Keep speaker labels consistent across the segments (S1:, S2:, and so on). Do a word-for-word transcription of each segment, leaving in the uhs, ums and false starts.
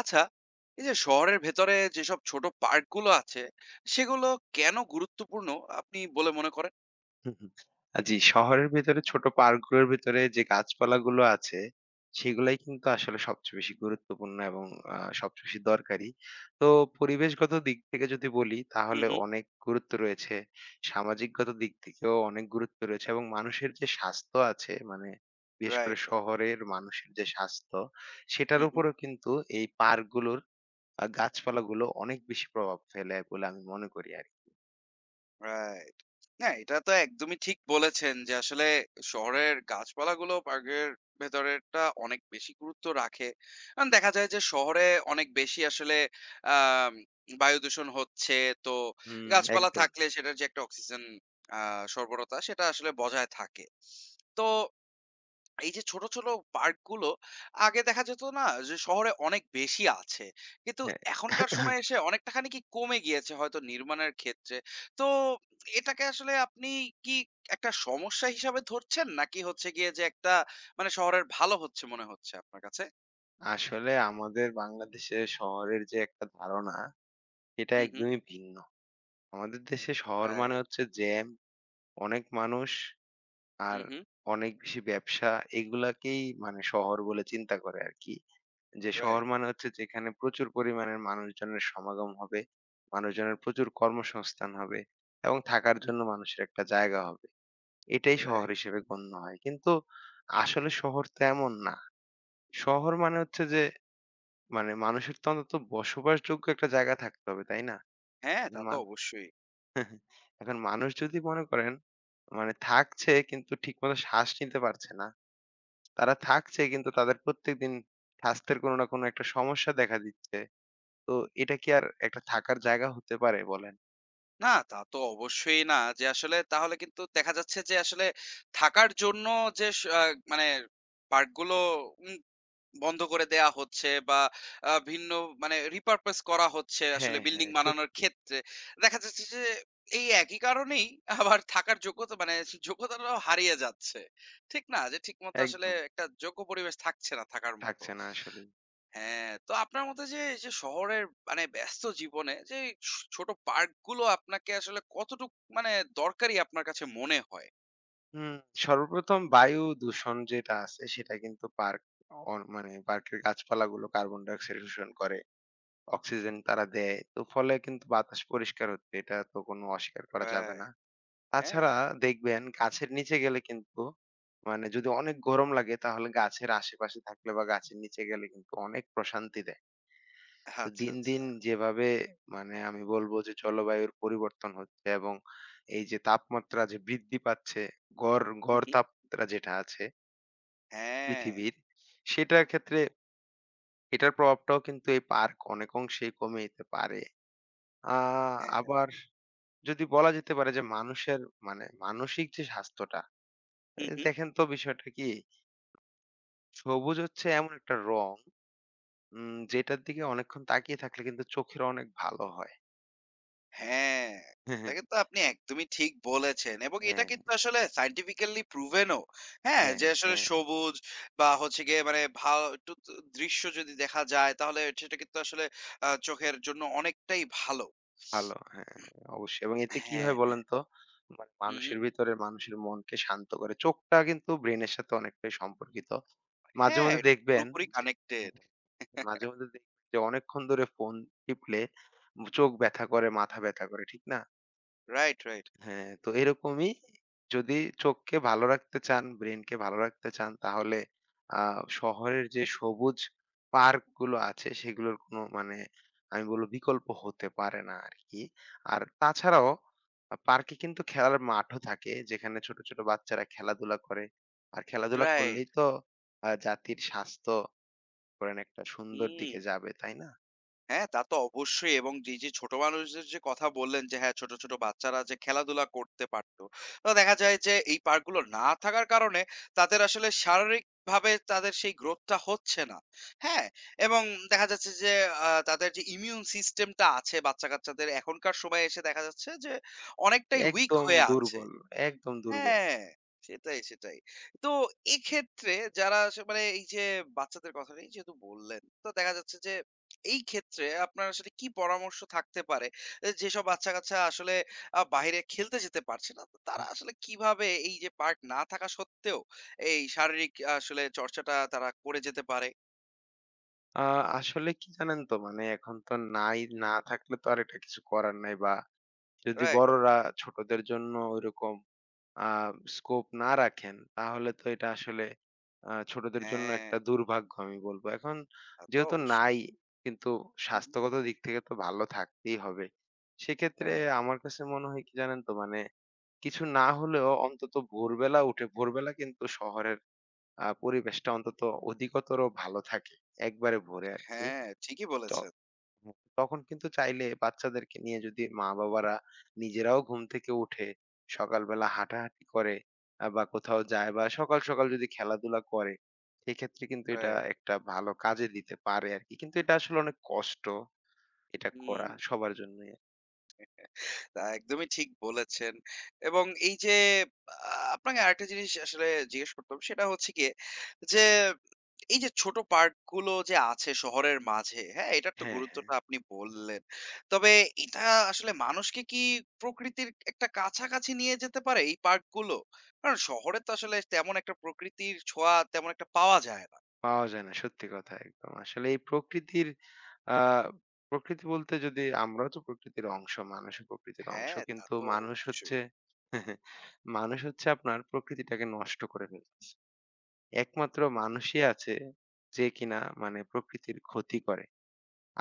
S1: আচ্ছা, এই যে শহরের ভেতরে যেসব ছোট পার্কগুলো আছে, সেগুলো কেন গুরুত্বপূর্ণ আপনি বলে মনে করেন?
S2: হুম, হুম। আ জি, শহরের ভেতরে ছোট পার্কগুলোর ভেতরে যে গাছপালাগুলো আছে, সেগুলাই কিন্তু আসলে সবচেয়ে বেশি গুরুত্বপূর্ণ এবং আ সবচেয়ে বেশি দরকারি। তো পরিবেশগত দিক থেকে যদি বলি,
S1: হুম,
S2: তাহলে
S1: হুম।
S2: অনেক গুরুত্ব রয়েছে। সামাজিকগত দিক থেকেও অনেক গুরুত্ব রয়েছে এবং মানুষের যে স্বাস্থ্য আছে, মানে বিশেষ করে
S1: রাইট, রাইট।
S2: শহরের মানুষের যে স্বাস্থ্য, সেটার
S1: হুম, হুম।
S2: উপরেও কিন্তু এই পার্কগুলোর আ গাছপালাগুলো অনেক বেশি প্রভাব ফেলে বলে আমি মনে করি আরকি।
S1: রাইট। না, এটা তো একদমই ঠিক বলেছেন যে আসলে শহরের গাছপালাগুলো পার্কের ভেতরেরটা অনেক বেশি গুরুত্ব রাখে। কারণ দেখা যায় যে শহরে অনেক বেশি আসলে আম বায়ু দূষণ হচ্ছে। তো
S2: হুম।
S1: গাছপালা
S2: একদম,
S1: থাকলে সেটার যে একটা অক্সিজেন আ সরবরাহতা সেটা আসলে বজায় থাকে। তো এই যে ছোট, ছোট পার্ক গুলো আগে দেখা যেত না যে শহরে অনেক বেশি আছে। কিন্তু
S2: হ্যাঁ।
S1: এখনকার সময়ে এসে অনেকটা খানিকই কমে গিয়েছে হয়তো নির্মাণের ক্ষেত্রে। তো এটাকে আসলে আপনি কি একটা সমস্যা হিসাবে ধরছেন? নাকি হচ্ছে গিয়ে যে একটা মানে শহরের ভালো হচ্ছে মনে হচ্ছে আপনার কাছে?
S2: আসলে আমাদের বাংলাদেশে শহরের যে একটা ধারণা, এটা
S1: হু, হু।
S2: একদমই ভিন্ন। আমাদের দেশে শহর মানে
S1: রাইট।
S2: হচ্ছে জ্যাম, অনেক মানুষ
S1: হু,
S2: আর
S1: হু।
S2: অনেক বেশি ব্যবসা, এগুলাকেই মানে শহর বলে চিন্তা করে আরকি। যে শহর
S1: রাইট।
S2: মানে হচ্ছে যেখানে প্রচুর পরিমাণের মানুষজনের সমাগম হবে, মানুষজনের প্রচুর কর্মসংস্থান হবে এবং থাকার
S1: হু,
S2: জন্য
S1: হু।
S2: মানুষের একটা জায়গা হবে। এটাই শহর
S1: রাইট।
S2: হিসেবে গণ্য হয়। কিন্তু আসলে শহর তো এমন না। শহর মানে হচ্ছে যে মানে মানুষের তো অন্তত বসবাসযোগ্য একটা জায়গা থাকতে হবে, তাই না?
S1: হ্যাঁ, তা
S2: এখন
S1: তো
S2: মান
S1: অবশ্যই।
S2: এখন মানুষ যদি মনে করেন মানে থাকছে কিন্তু ঠিকমতো শ্বাস নিতে পারছে না। তারা থাকছে কিন্তু তাদের প্রত্যেকদিন স্বাস্থ্যের কোনো না কোনো একটা সমস্যা দেখা দিচ্ছে। তো এটা কি আর একটা থাকার জায়গা হতে পারে বলেন?
S1: না, তা তো অবশ্যই না। যে আসলে তাহলে কিন্তু দেখা যাচ্ছে যে আসলে থাকার জন্য যে স আ মানে পার্কগুলো উম বন্ধ করে দেয়া হচ্ছে বা আ ভিন্ন মানে repurpose করা হচ্ছে আসলে
S2: হ্যাঁ,
S1: বিল্ডিং
S2: হ্যাঁ,
S1: বানানোর
S2: সত্যি।
S1: ক্ষেত্রে। দেখা যাচ্ছে যে এই একই কারণেই আবার থাকার যোগ্যতা মানে যোগ্যতাটাও হারিয়ে যাচ্ছে। ঠিক না? যে ঠিকমতো আসলে
S2: একদম
S1: একটা যোগ্য পরিবেশ থাকছে না থাকার মতো।
S2: থাকছে না আসলেই।
S1: হ্যাঁ, তো আপনার মতে যে এই যে শহরের মানে ব্যস্ত জীবনে যে ছো ছোট পার্ক গুলো আপনাকে আসলে কতটুক মানে দরকারি আপনার কাছে মনে হয়?
S2: হুম, সর্বপ্রথম বায়ু দূষণ যেটা আছে সেটা কিন্তু পার্ক অন মানে পার্কের গাছপালাগুলো কার্বন ডাইঅক্সাইড শোষণ করে। অক্সিজেন তারা দেয়। তো ফলে কিন্তু বাতাস পরিষ্কার হচ্ছে। এটা তো কোন অস্বীকার করা যাবে না।
S1: রাইট, হ্যাঁ,
S2: তাছাড়া
S1: হ্যাঁ।
S2: দেখবেন গাছের নিচে গেলে কিন্তু মানে যদি অনেক গরম লাগে তাহলে গাছের আশেপাশে থাকলে বা গাছের নিচে গেলে কিন্তু অনেক প্রশান্তি দেয়। তো
S1: আচ্ছা,
S2: দিন,
S1: আচ্ছা।
S2: দিন যেভাবে মানে আমি বলব যে জলবায়ুর পরিবর্তন হচ্ছে এবং এই যে তাপমাত্রা যে বৃদ্ধি পাচ্ছে গড়,
S1: হু,
S2: গড়
S1: হু।
S2: তাপমাত্রা যেটা আছে
S1: হ্যাঁ,
S2: পৃথিবীর সেটার ক্ষেত্রে এটার প্রভাবটাও কিন্তু এই পার্ক অনেক অংশেই কমে যেতে পারে। আ
S1: হ্যাঁ, হ্যাঁ।
S2: আবার যদি বলা যেতে পারে যে মানুষের মানে মানসিক যে স্বাস্থ্যটা
S1: হু,
S2: এ
S1: হু।
S2: দেখেন তো বিষয়টা কি সবুজ হচ্ছে এমন একটা রং উম, যেটার দিকে অনেকক্ষণ তাকিয়ে থাকলে কিন্তু চোখের অনেক ভালো হয়।
S1: হ্যাঁ, এটা
S2: হ্যাঁ,
S1: কিন্তু আপনি একদমই ঠিক বলেছেন এবং এটা
S2: হ্যাঁ,
S1: কিন্তু আসলে scientifically proven ও। হ্যাঁ,
S2: হ্যাঁ,
S1: যে আসলে
S2: হ্যাঁ,
S1: সবুজ বা হচ্ছে গিয়ে মানে ভাও একটু ত দৃশ্য যদি দেখা যায় তাহলে সেটা কিন্তু আসলে আ চোখের জন্য অনেকটাই ভালো।
S2: ভালো, হ্যাঁ, অবশ্যই। এবং এতে কি
S1: হ্যাঁ,
S2: হয়
S1: হ্যাঁ।
S2: বলেন তো মানে
S1: হু, হু।
S2: মানুষের ভিতরে মানুষের মনকে শান্ত করে চোখটা কিন্তু ব্রেনের সাথে অনেকটাই সম্পর্কিত। মাঝে
S1: হ্যাঁ,
S2: মধ্যে
S1: এটা তো
S2: দেখবেন
S1: পুরোপুরি
S2: যে
S1: কানেক্টেড।
S2: মাঝে মধ্যে দেখবেন যে অনেকক্ষণ ধরে ফোন টিপলে চোখ ব্যথা করে মাথা ব্যথা করে, ঠিক না?
S1: রাইট, রাইট,
S2: হ্যাঁ, তো এরকমই যদি চোখকে ভালো রাখতে চান, ব্রেইনকে ভালো রাখতে চান তাহলে আ শহরের যে সবুজ পার্কগুলো আছে সেগুলোর কোনো মানে আমি বলব বিকল্প হতে পারে না আরকি। আর তাছাড়াও আ পার্কে কিন্তু খেলার মাঠও থাকে যেখানে ছোট, ছোট বাচ্চারা খেলাধুলা করে। আর খেলাধুলা
S1: রাইট।
S2: করলেই তো আ জাতির স্বাস্থ্য ধরেন একটা সুন্দর
S1: হুম।
S2: দিকে যাবে, তাই না?
S1: হ্যাঁ, তা তো অবশ্যই এবং এই যে ছোট মানুষদের যে কথা বললেন যে হ্যাঁ, ছোট, ছোট বাচ্চারা যে খেলাধুলা করতে পারত। তো দেখা যায় যে এই পার্ক গুলো না থাকার কারণে তাদের আসলে শারীরিকভাবে তাদের সেই গ্রোথটা হচ্ছে না। হ্যাঁ? এবং দেখা যাচ্ছে যে আ তাদের যে ইমিউন সিস্টেমটা আছে বাচ্চা-কাচ্চাদের এখনকার সময়ে এসে দেখা যাচ্ছে যে অনেকটাই উইক
S2: একদম
S1: হয়ে আছে।
S2: দুর্বল, একদম দুর্বল।
S1: হ্যাঁ, সেটাই, সেটাই। তো এক্ষেত্রে যারা আসে মানে এই যে বাচ্চাদের কথা নেই যেহেতু বললেন, তো দেখা যাচ্ছে যে এই ক্ষেত্রে আপনার আসলে কি পরামর্শ থাকতে পারে? এ যেসব বাচ্চা-কাচ্চা আসলে আ বাহিরে খেলতে যেতে পারছে না, তো তারা আসলে কিভাবে এই যে পার্ক না থাকা সত্ত্বেও এই শারীরিক আসলে চর্চাটা তারা করে যেতে পারে?
S2: আ আসলে কি জানেন তো? মানে এখন তো নাই, না থাকলে তো আর এটা কিছু করার নাই বা যদি
S1: রাইট, রাইট।
S2: বড়রা ছোটদের জন্য ওইরকম আ স্কোপ না রাখেন, তাহলে তো এটা আসলে আ ছোটদের জন্য
S1: হ্যাঁ,
S2: একটা দুর্ভাগ্য আমি বলব। এখন
S1: তা তো
S2: যেহেতু
S1: অবশ্যই।
S2: নাই, কিন্তু
S1: হু, হু।
S2: স্বাস্থ্যগত দিক থেকে তো ভালো থাকতেই হবে। সেক্ষেত্রে
S1: রাইট।
S2: আমার কাছে মনে হয় কি জানেন তো? মানে কিছু না হলেও অন্তত ভোরবেলা উঠে ভোরবেলা কিন্তু শহরের আ পরিবেশটা অন্তত অধিকতর ভালো থাকে। একবারে ভোরে আরকি।
S1: হ্যাঁ, ঠিকই
S2: তো
S1: বলেছেন।
S2: তখন কিন্তু চাইলে বাচ্চাদেরকে নিয়ে যদি মা-বাবারা নিজেরাও ঘুম থেকে উঠে সকালবেলা হাঁটাহাঁটি করে আ বা কোথাও যায় বা সকাল, সকাল যদি খেলাধুলা করে, সেক্ষেত্রে কিন্তু এটা
S1: রাইট।
S2: একটা ভালো কাজে দিতে পারে আরকি। কিন্তু এটা আসলে অনেক কষ্ট এটা
S1: হুম।
S2: করা সবার জন্যই।
S1: তা একদমই ঠিক বলেছেন। এবং এই যে আ আপনাকে আরেকটা জিনিস আসলে জিজ্ঞেস করতাম সেটা হচ্ছে গিয়ে যে, এই যে ছোট পার্ক গুলো যে আছে শহরের মাঝে, হ্যাঁ? এটার তো
S2: হ্যাঁ, হ্যাঁ।
S1: গুরুত্বটা আপনি বললেন। তবে এটা আসলে মানুষকে কি প্রকৃতির একটা কাছাকাছি নিয়ে যেতে পারে এই পার্কগুলো? কারণ শহরে তো আসলে তেমন একটা প্রকৃতির ছোঁয়া তেমন একটা পাওয়া যায় না।
S2: পাওয়া যায় না। সত্যি কথা, একদম। আসলে এই প্রকৃতির আ প্রকৃতি বলতে যদি আমরাও তো প্রকৃতির অংশ, মানুষও প্রকৃতির অংশ।
S1: হ্যাঁ, তা
S2: কিন্তু
S1: তো
S2: মানুষ
S1: অবশ্যই।
S2: হচ্ছে মানুষ হচ্ছে আপনার প্রকৃতিটাকে নষ্ট করে ফেলতেছে। একমাত্র মানুষই আছে যে কিনা মানে প্রকৃতির ক্ষতি করে।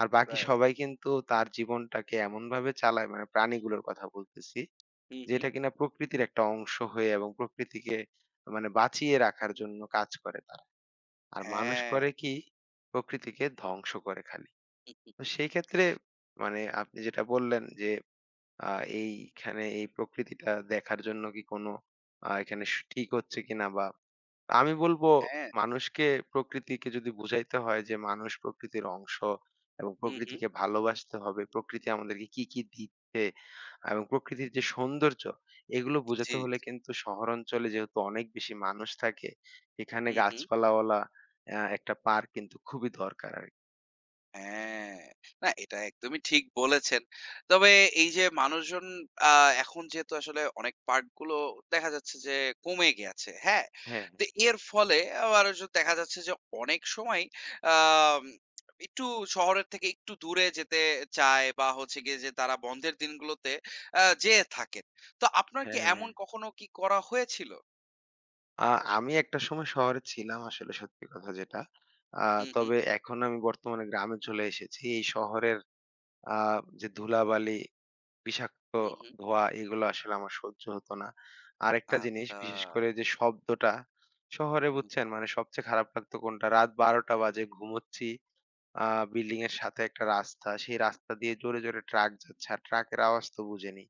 S2: আর বাকি
S1: রাইট।
S2: সবাই কিন্তু তার জীবনটাকে এমনভাবে চালায়, মানে প্রাণীগুলোর কথা বলতেছি,
S1: হুম, হুম।
S2: যেটা কিনা প্রকৃতির একটা অংশ হয়ে এবং প্রকৃতিকে মানে বাঁচিয়ে রাখার জন্য কাজ করে তারা। আর মানুষ
S1: হ্যাঁ।
S2: করে কি প্রকৃতিকে ধ্বংস করে খালি। তো সেই ক্ষেত্রে মানে আপনি যেটা বললেন যে আ এইখানে এই প্রকৃতিটা দেখার জন্য কি কোনো আ এখানে স ঠিক হচ্ছে কিনা বা আমি বলবো
S1: হ্যাঁ।
S2: মানুষকে প্রকৃতিকে যদি বুঝাইতে হয় যে মানুষ প্রকৃতির অংশ এবং
S1: হুম, হুম।
S2: প্রকৃতিকে ভালোবাসতে হবে, প্রকৃতি আমাদেরকে কি, কি দিচ্ছে এবং প্রকৃতির যে সৌন্দর্য এগুলো
S1: জি,
S2: বোঝাতে হলে
S1: জি।
S2: কিন্তু শহর অঞ্চলে যেহেতু অনেক বেশি মানুষ থাকে, এখানে
S1: হুম, হুম।
S2: গাছপালাওয়ালা অ্যা একটা পার্ক কিন্তু খুবই দরকার আরকি।
S1: হ্যাঁ। না এটা একদমই ঠিক বলেছেন। তবে এই যে মানুষজন আ এখন যেহেতু আসলে অনেক পার্ট গুলো দেখা যাচ্ছে যে কমে গেছে। হ্যাঁ?
S2: হ্যাঁ,
S1: তো এর ফলে আবার য দেখা যাচ্ছে যে অনেক সময় আম একটু শহরের থেকে একটু দূরে যেতে চায় বা হচ্ছে গিয়ে যে তারা বন্ধের দিনগুলোতে আ যেয়ে থাকেন। তো আপনার কি
S2: হ্যাঁ,
S1: এমন
S2: হ্যাঁ।
S1: কখনো কি করা হয়েছিল?
S2: আ আমি একটা সময় শহরে ছিলাম আসলে, সত্যি কথা যেটা। আ
S1: হু, হু,
S2: তবে এখন আমি বর্তমানে গ্রামে চলে এসেছি। এই শহরের আ যে ধুলাবালি, বিষাক্ত
S1: হু, হু।
S2: ধোঁয়া এগুলো আসলে আমার সহ্য হতো না। আরেকটা জিনিস
S1: আচ্ছা।
S2: বিশেষ করে যে শব্দটা, শহরে
S1: হুম।
S2: বুঝছেন মানে সবচেয়ে খারাপ লাগতো কোনটা? রাত ১২ঃ০০ বাজে ঘুমোচ্ছি। আ বিল্ডিং এর সাথে একটা রাস্তা। সেই রাস্তা দিয়ে জোরে, জোরে ট্রাক যাচ্ছে। আর ট্রাকের আওয়াজ তো বুঝেনি।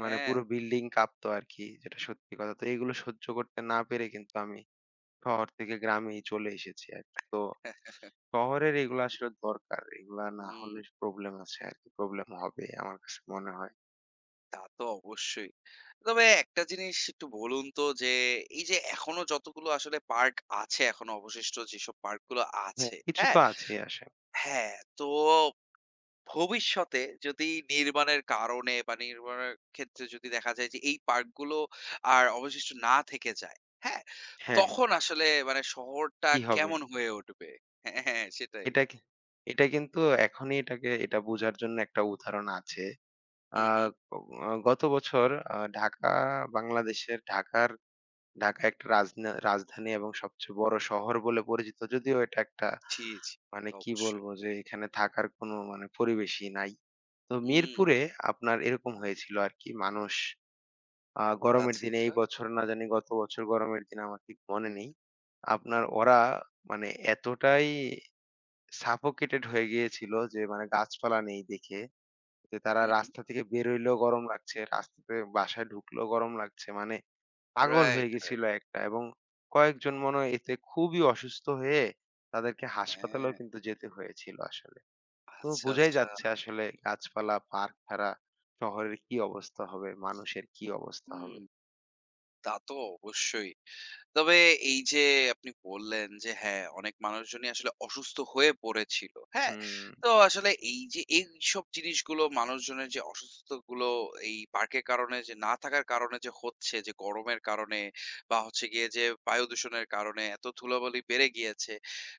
S2: মানে
S1: হ্যাঁ।
S2: পুরো বিল্ডিং কাঁপতো আরকি, যেটা সত্যি কথা। তো এগুলো সহ্য করতে না পেরে কিন্তু আমি শহর থেকে গ্রামেই চলে এসেছি আরকি। তো
S1: হ্যাঁ,
S2: শহরের এগুলো আসলে দরকার। এগুলা না
S1: হুম।
S2: হলে প্রবলেম আছে আরকি। প্রবলেম হবে আমার কাছে মনে হয়।
S1: তা তো অবশ্যই। তবে একটা জিনিস একটু বলুন তো যে, এই যে এখনো যতগুলো আসলে পার্ক আছে, এখনো অবশিষ্ট যেসব পার্কগুলো
S2: হ্যাঁ,
S1: আছে,
S2: কিছু
S1: হ্যাঁ?
S2: তো আছেই আসে।
S1: হ্যাঁ, তো ভবিষ্যতে যদি নির্মাণের কারণে বা নির্মাণের ক্ষেত্রে যদি দেখা যায় যে এই পার্কগুলো আর অবশিষ্ট না থেকে যায়, হ্যাঁ?
S2: হ্যাঁ, হ্যাঁ।
S1: তখন আসলে মানে শহরটা
S2: কি হবে?
S1: কেমন হয়ে উঠবে? হ্যাঁ, হ্যাঁ, সেটাই।
S2: এটা কি এটা কিন্তু এখনই এটাকে এটা বোঝার জন্য একটা উদাহরণ আছে। আ
S1: হুম, হুম।
S2: গ গত বছর আ ঢাকা বাংলাদেশের ঢাকার ঢাকা একটা রাজনা রাজধানী এবং সবচেয়ে বড় শহর বলে পরিচিত। যদিও এটা একটা
S1: জি, জি।
S2: মানে কি
S1: অবশ্যই।
S2: বলবো, যে এখানে থাকার কোনো মানে পরিবেশই নাই। তো
S1: হুম।
S2: মিরপুরে আপনার এরকম হয়েছিল আরকি, মানুষ আ গরমের
S1: আচ্ছা,
S2: দিনে,
S1: আচ্ছা।
S2: এই বছর না জানি গত বছর, গরমের দিন আমার ঠিক মনে
S1: হুম,
S2: নেই। আপনার ওরা মানে এতটাই সাফোকেটেড হয়ে গিয়েছিল যে মানে গাছপালা নেই দেখে যে তারা
S1: হুম, হুম।
S2: রাস্তা থেকে বের হইলেও গরম লাগছে, রাস্তাতে বাসায় ঢুকলেও গরম লাগছে। মানে পাগল
S1: রাইট,
S2: হয়ে
S1: রাইট।
S2: গেছিল একটা, এবং কয়েকজন মনে হয় এতে খুবই অসুস্থ হয়ে তাদেরকে
S1: হ্যাঁ।
S2: হাসপাতালেও কিন্তু যেতে হয়েছিল আসলে। তো
S1: আচ্ছা,
S2: বোঝাই
S1: আচ্ছা।
S2: যাচ্ছে আসলে গাছপালা, পার্ক ছাড়া শহরের কি অবস্থা হবে, মানুষের কি অবস্থা
S1: হুম,
S2: হবে।
S1: তা তো অবশ্যই। তবে এই যে আপনি বললেন যে হ্যাঁ, অনেক মানুষজনই আসলে অসুস্থ হয়ে পড়েছিল। হ্যাঁ?
S2: হুম।
S1: তো আসলে এই যে এইসব জিনিসগুলো মানুষজনের যে অসুস্থগুলো এই পার্কের কারণে যে না থাকার কারণে যে হচ্ছে যে গরমের কারণে বা হচ্ছে গিয়ে যে বায়ু দূষণের কারণে এত ধুলাবালি বেড়ে গিয়েছে।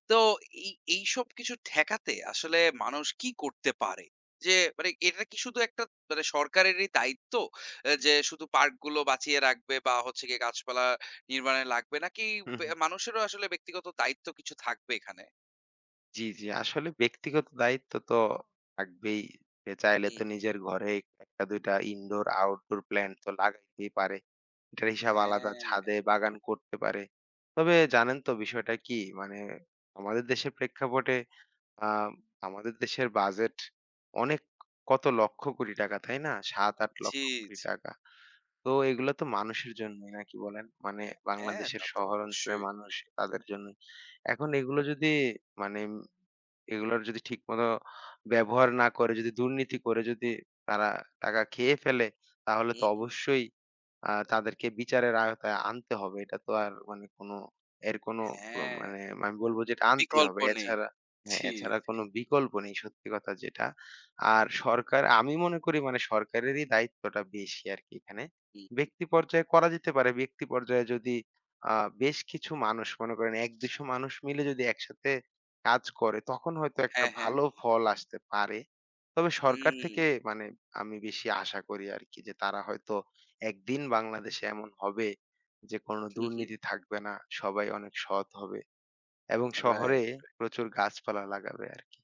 S1: তো এই এইসব কিছু ঠেকাতে আসলে মানুষ কি করতে পারে? যে মানে এটা কি শুধু একটা মানে সরকারেরই দায়িত্ব? এ যে শুধু পার্কগুলো বাঁচিয়ে রাখবে বা হচ্ছে গিয়ে গাছপালা নির্মাণে লাগবে নাকি
S2: হুম,
S1: বে
S2: হুম।
S1: মানুষেরও আসলে ব্যক্তিগত দায়িত্ব কিছু থাকবে এখানে?
S2: জি, জি। আসলে ব্যক্তিগত দায়িত্ব তো থাকবেই। সে চাইলে
S1: হুম,
S2: তো
S1: হুম।
S2: নিজের ঘরে এক দুই টা ইনডোর, আউটডোর প্ল্যান্ট তো লাগাইতেই পারে। এটার হিসাব আলাদা,
S1: হ্যাঁ,
S2: ছাদে বাগান করতে পারে। তবে জানেন তো বিষয়টা কি? মানে আমাদের দেশের প্রেক্ষাপটে আ আমাদের দেশের বাজেট অনেক, কত লক্ষ কোটি টাকা, তাই না? সাত আট
S1: জি,
S2: লক্ষ কোটি
S1: জি।
S2: টাকা। তো এগুলা তো মানুষের জন্যই নাকি বলেন? মানে
S1: হ্যাঁ,
S2: বাংলাদেশের
S1: তা তো
S2: শহর অঞ্চলের
S1: অবশ্যই।
S2: মানুষ, তাদের জন্যই। এখন এগুলো যদি মানে উম এগুলোর যদি ঠিকমতো ব্যবহার না করে যদি দুর্নীতি করে, যদি তারা টাকা খেয়ে ফেলে, তাহলে
S1: হুম,
S2: তো
S1: হুম।
S2: অবশ্যই আ তাদেরকে বিচারের আওতায় আনতে হবে। এটা তো আর মানে কোনো এর কোনো প
S1: হ্যাঁ,
S2: মানে আমি বলব যে এটা আনতেই
S1: বিকল্প
S2: হবে।
S1: নেই।
S2: এছাড়া হ্যাঁ,
S1: জি,
S2: এছাড়া
S1: জি।
S2: কোনো বিকল্প নেই, সত্যি কথা যেটা। আর সরকার আমি মনে করি মানে সরকারেরই দায়িত্বটা বেশি আরকি এখানে।
S1: হুম, হুম।
S2: ব্যক্তি পর্যায়ে করা যেতে পারে। ব্যক্তি পর্যায়ে যদি আ বেশ কিছু মানুষ মনে করেন এক দুশো মানুষ মিলে যদি একসাথে কাজ করে তখন হয়তো একটা
S1: হ্যাঁ, হ্যাঁ।
S2: ভালো ফল আসতে পারে। তবে সরকার
S1: হুম,
S2: থেকে মানে আমি বেশি আশা করি আরকি যে তারা হয়তো একদিন বাংলাদেশে এমন হবে যে কোনো
S1: হুম, হুম।
S2: দুর্নীতি থাকবে না। সবাই অনেক সৎ হবে এবং শহরে
S1: রাইট।
S2: প্রচুর গাছপালা লাগাবে আরকি।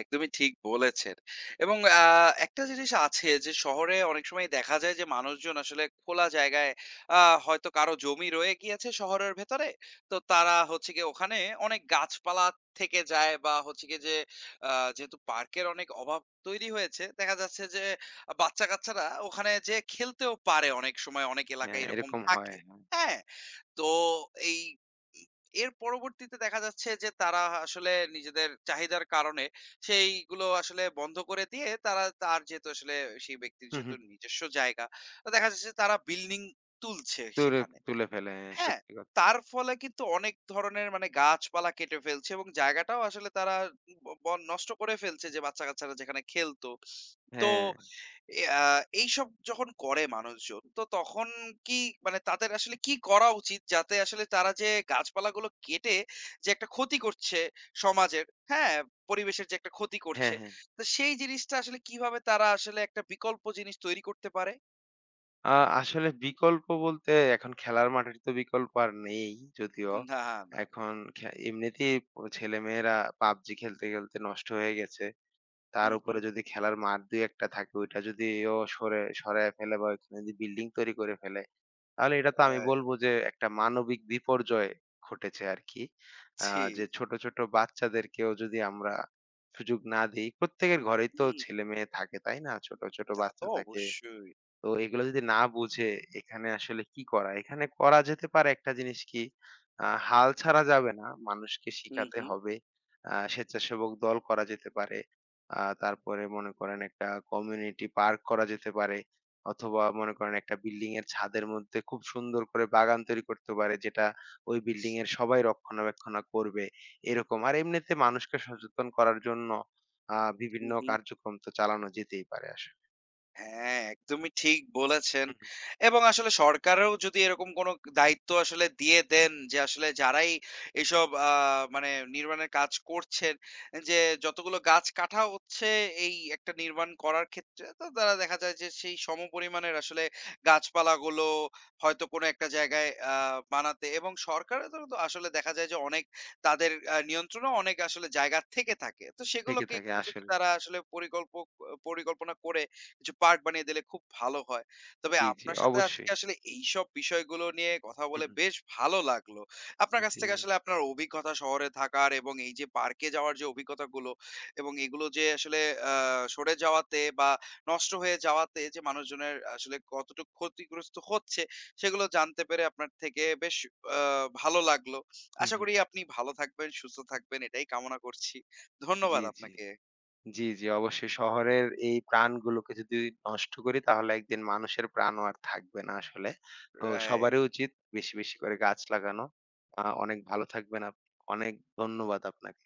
S1: একদমই ঠিক বলেছেন। এবং আ একটা জিনিস আছে যে শহরে অনেক সময় দেখা যায় যে মানুষজন আসলে খোলা জায়গায় আ হয়তো কারো জমি রয়ে গিয়েছে শহরের ভেতরে। তো তারা হচ্ছে গিয়ে ওখানে অনেক গাছপালা থেকে যায় বা হচ্ছে গিয়ে যে আ যেহেতু পার্কের অনেক অভাব তৈরি হয়েছে, দেখা যাচ্ছে যে বাচ্চা-কাচ্চারা ওখানে যেয়ে খেলতেও পারে অনেক সময় অনেক
S2: হ্যাঁ,
S1: এলাকায় এরকম
S2: এরকম হয়।
S1: থাকে।
S2: হ্যাঁ।
S1: হ্যাঁ? তো এই এর পরবর্তীতে দেখা যাচ্ছে যে তারা আসলে নিজেদের চাহিদার কারণে সেইগুলো আসলে বন্ধ করে দিয়ে তারা তার যেহেতু আসলে সেই ব্যক্তির
S2: হুম,
S1: যেহেতু
S2: হুম।
S1: নিজস্ব জায়গা তো দেখা যাচ্ছে তারা বিল্ডিং তুলছে
S2: তুলে
S1: সেখানে।
S2: তুলে ফেলে। হ্যাঁ,
S1: হ্যাঁ,
S2: সত্যি কথা।
S1: তার ফলে কিন্তু অনেক ধরনের মানে গাছপালা কেটে ফেলছে এবং জায়গাটাও আসলে তারা ব- বন নষ্ট করে ফেলছে যে বাচ্চা কাচ্চারা যেখানে খেলতো। তো
S2: হ্যাঁ,
S1: এ আ এইসব যখন করে মানুষজন, তো তখন কি মানে তাদের আসলে কি করা উচিত? যাতে আসলে তারা যে গাছপালাগুলো কেটে যে একটা ক্ষতি করছে সমাজের, হ্যাঁ? পরিবেশের যে একটা ক্ষতি
S2: হ্যাঁ,
S1: করছে।
S2: হ্যাঁ।
S1: তো সেই জিনিসটা আসলে কিভাবে তারা আসলে একটা বিকল্প জিনিস তৈরি করতে পারে?
S2: আ আসলে বিকল্প বলতে এখন খেলার মাঠের তো বিকল্প আর নেই যদিও।
S1: না, না।
S2: এখন খে এমনিতেই প ছেলেমেয়েরা PUBG খেলতে, খেলতে নষ্ট হয়ে গেছে। তার
S1: হুম,
S2: উপরে
S1: হুম।
S2: যদি খেলার মাঠ দুই এক টা থাকে ওইটা যদিও সরে সরাইয়া ফেলে বা ওইখানে যদি বিল্ডিং তৈরি করে ফেলে, তাহলে এটা তো আমি
S1: রাইট।
S2: বলব যে একটা মানবিক বিপর্যয় ঘটেছে আরকি। আ
S1: জি।
S2: যে ছোট, ছোট বাচ্চাদেরকেও যদি আমরা সুযোগ না দেই, প্রত্যেকের ঘরেই তো
S1: হুম,
S2: ছেলেমেয়ে থাকে, তাই না? ছোট, ছোট
S1: তা তো
S2: বাচ্চা থাকে।
S1: অবশ্যই।
S2: তো এগুলো যদি না বুঝে এখানে আসলে কি করা? এখানে করা যেতে পারে একটা জিনিস কি, আ হাল ছাড়া যাবে না। মানুষকে
S1: হুম,
S2: শিখাতে
S1: হুম।
S2: হবে। আ স্বেচ্ছাসেবক দল করা যেতে পারে। আ তারপরে মনে করেন একটা কমিউনিটি পার্ক করা যেতে পারে। অথবা মনে করেন একটা বিল্ডিং এর ছাদের মধ্যে খুব সুন্দর করে বাগান তৈরি করতে পারে যেটা ওই বিল্ডিং এর সবাই রক্ষণাবেক্ষণ করবে, এরকম। আর এমনিতে মানুষকে সচেতন করার জন্য আ
S1: হুম,
S2: বিভিন্ন
S1: হুম।
S2: কার্যক্রম তো চালানো যেতেই পারে আসলে।
S1: হ্যাঁ, একদমই ঠিক বলেছেন।
S2: হুম, হুম।
S1: এবং আসলে সরকারও যদি এরকম কোনো দায়িত্ব আসলে দিয়ে দেন যে আসলে যারাই এইসব আ মানে নির্মাণের কাজ করছেন যে যতগুলো গাছ কাটা হচ্ছে এই একটা নির্মাণ করার ক্ষেত্রে তো তারা দেখা যায় যে সেই সমপরিমাণের আসলে গাছপালাগুলো হয়তো কোনো একটা জায়গায় আ বানাতে এবং সরকারেরও তো তো আসলে দেখা যায় যে অনেক তাদের আ নিয়ন্ত্রণেও অনেক আসলে জায়গা থেকে থাকে। তো
S2: থেকে
S1: সেগুলোকে
S2: থাকে
S1: একটু যদি
S2: আসলে।
S1: তারা আসলে পরিকল্পক পরিকল্পনা করে কিছু পার্ক বানিয়ে দিলে খুব ভালো হয়। তবে
S2: জি, জি,
S1: আপনার সাথে আজকে
S2: অবশ্যই।
S1: আসলে এইসব বিষয়গুলো নিয়ে কথা
S2: হু,
S1: বলে
S2: হু।
S1: বেশ ভালো লাগলো। আপনার কাছ
S2: জি,
S1: থেকে আসলে আপনার অভিজ্ঞতা শহরে থাকার এবং এই যে পার্কে যাওয়ার যে অভিজ্ঞতাগুলো এবং এগুলো যে আসলে আ সরে যাওয়াতে বা নষ্ট হয়ে যাওয়াতে যে মানুষজনের আসলে কতটুকু ক্ষতিগ্রস্ত হচ্ছে সেগুলো জানতে পেরে আপনার থেকে বেশ আ ভালো লাগলো।
S2: হু,
S1: আশা
S2: হু।
S1: করি আপনি ভালো থাকবেন, সুস্থ থাকবেন এটাই কামনা করছি।
S2: জি,
S1: ধন্যবাদ
S2: জি।
S1: আপনাকে।
S2: জি, জি, অবশ্যই শহরের এই প্রাণগুলোকে যদি নষ্ট করি তাহলে একদিন মানুষের প্রাণও আর থাকবে না আসলে। তো
S1: রাইট।
S2: সবারই উচিত বেশি, বেশি করে গাছ লাগানো। আ অনেক ভালো থাকবেন আপনি। অনেক ধন্যবাদ আপনাকে।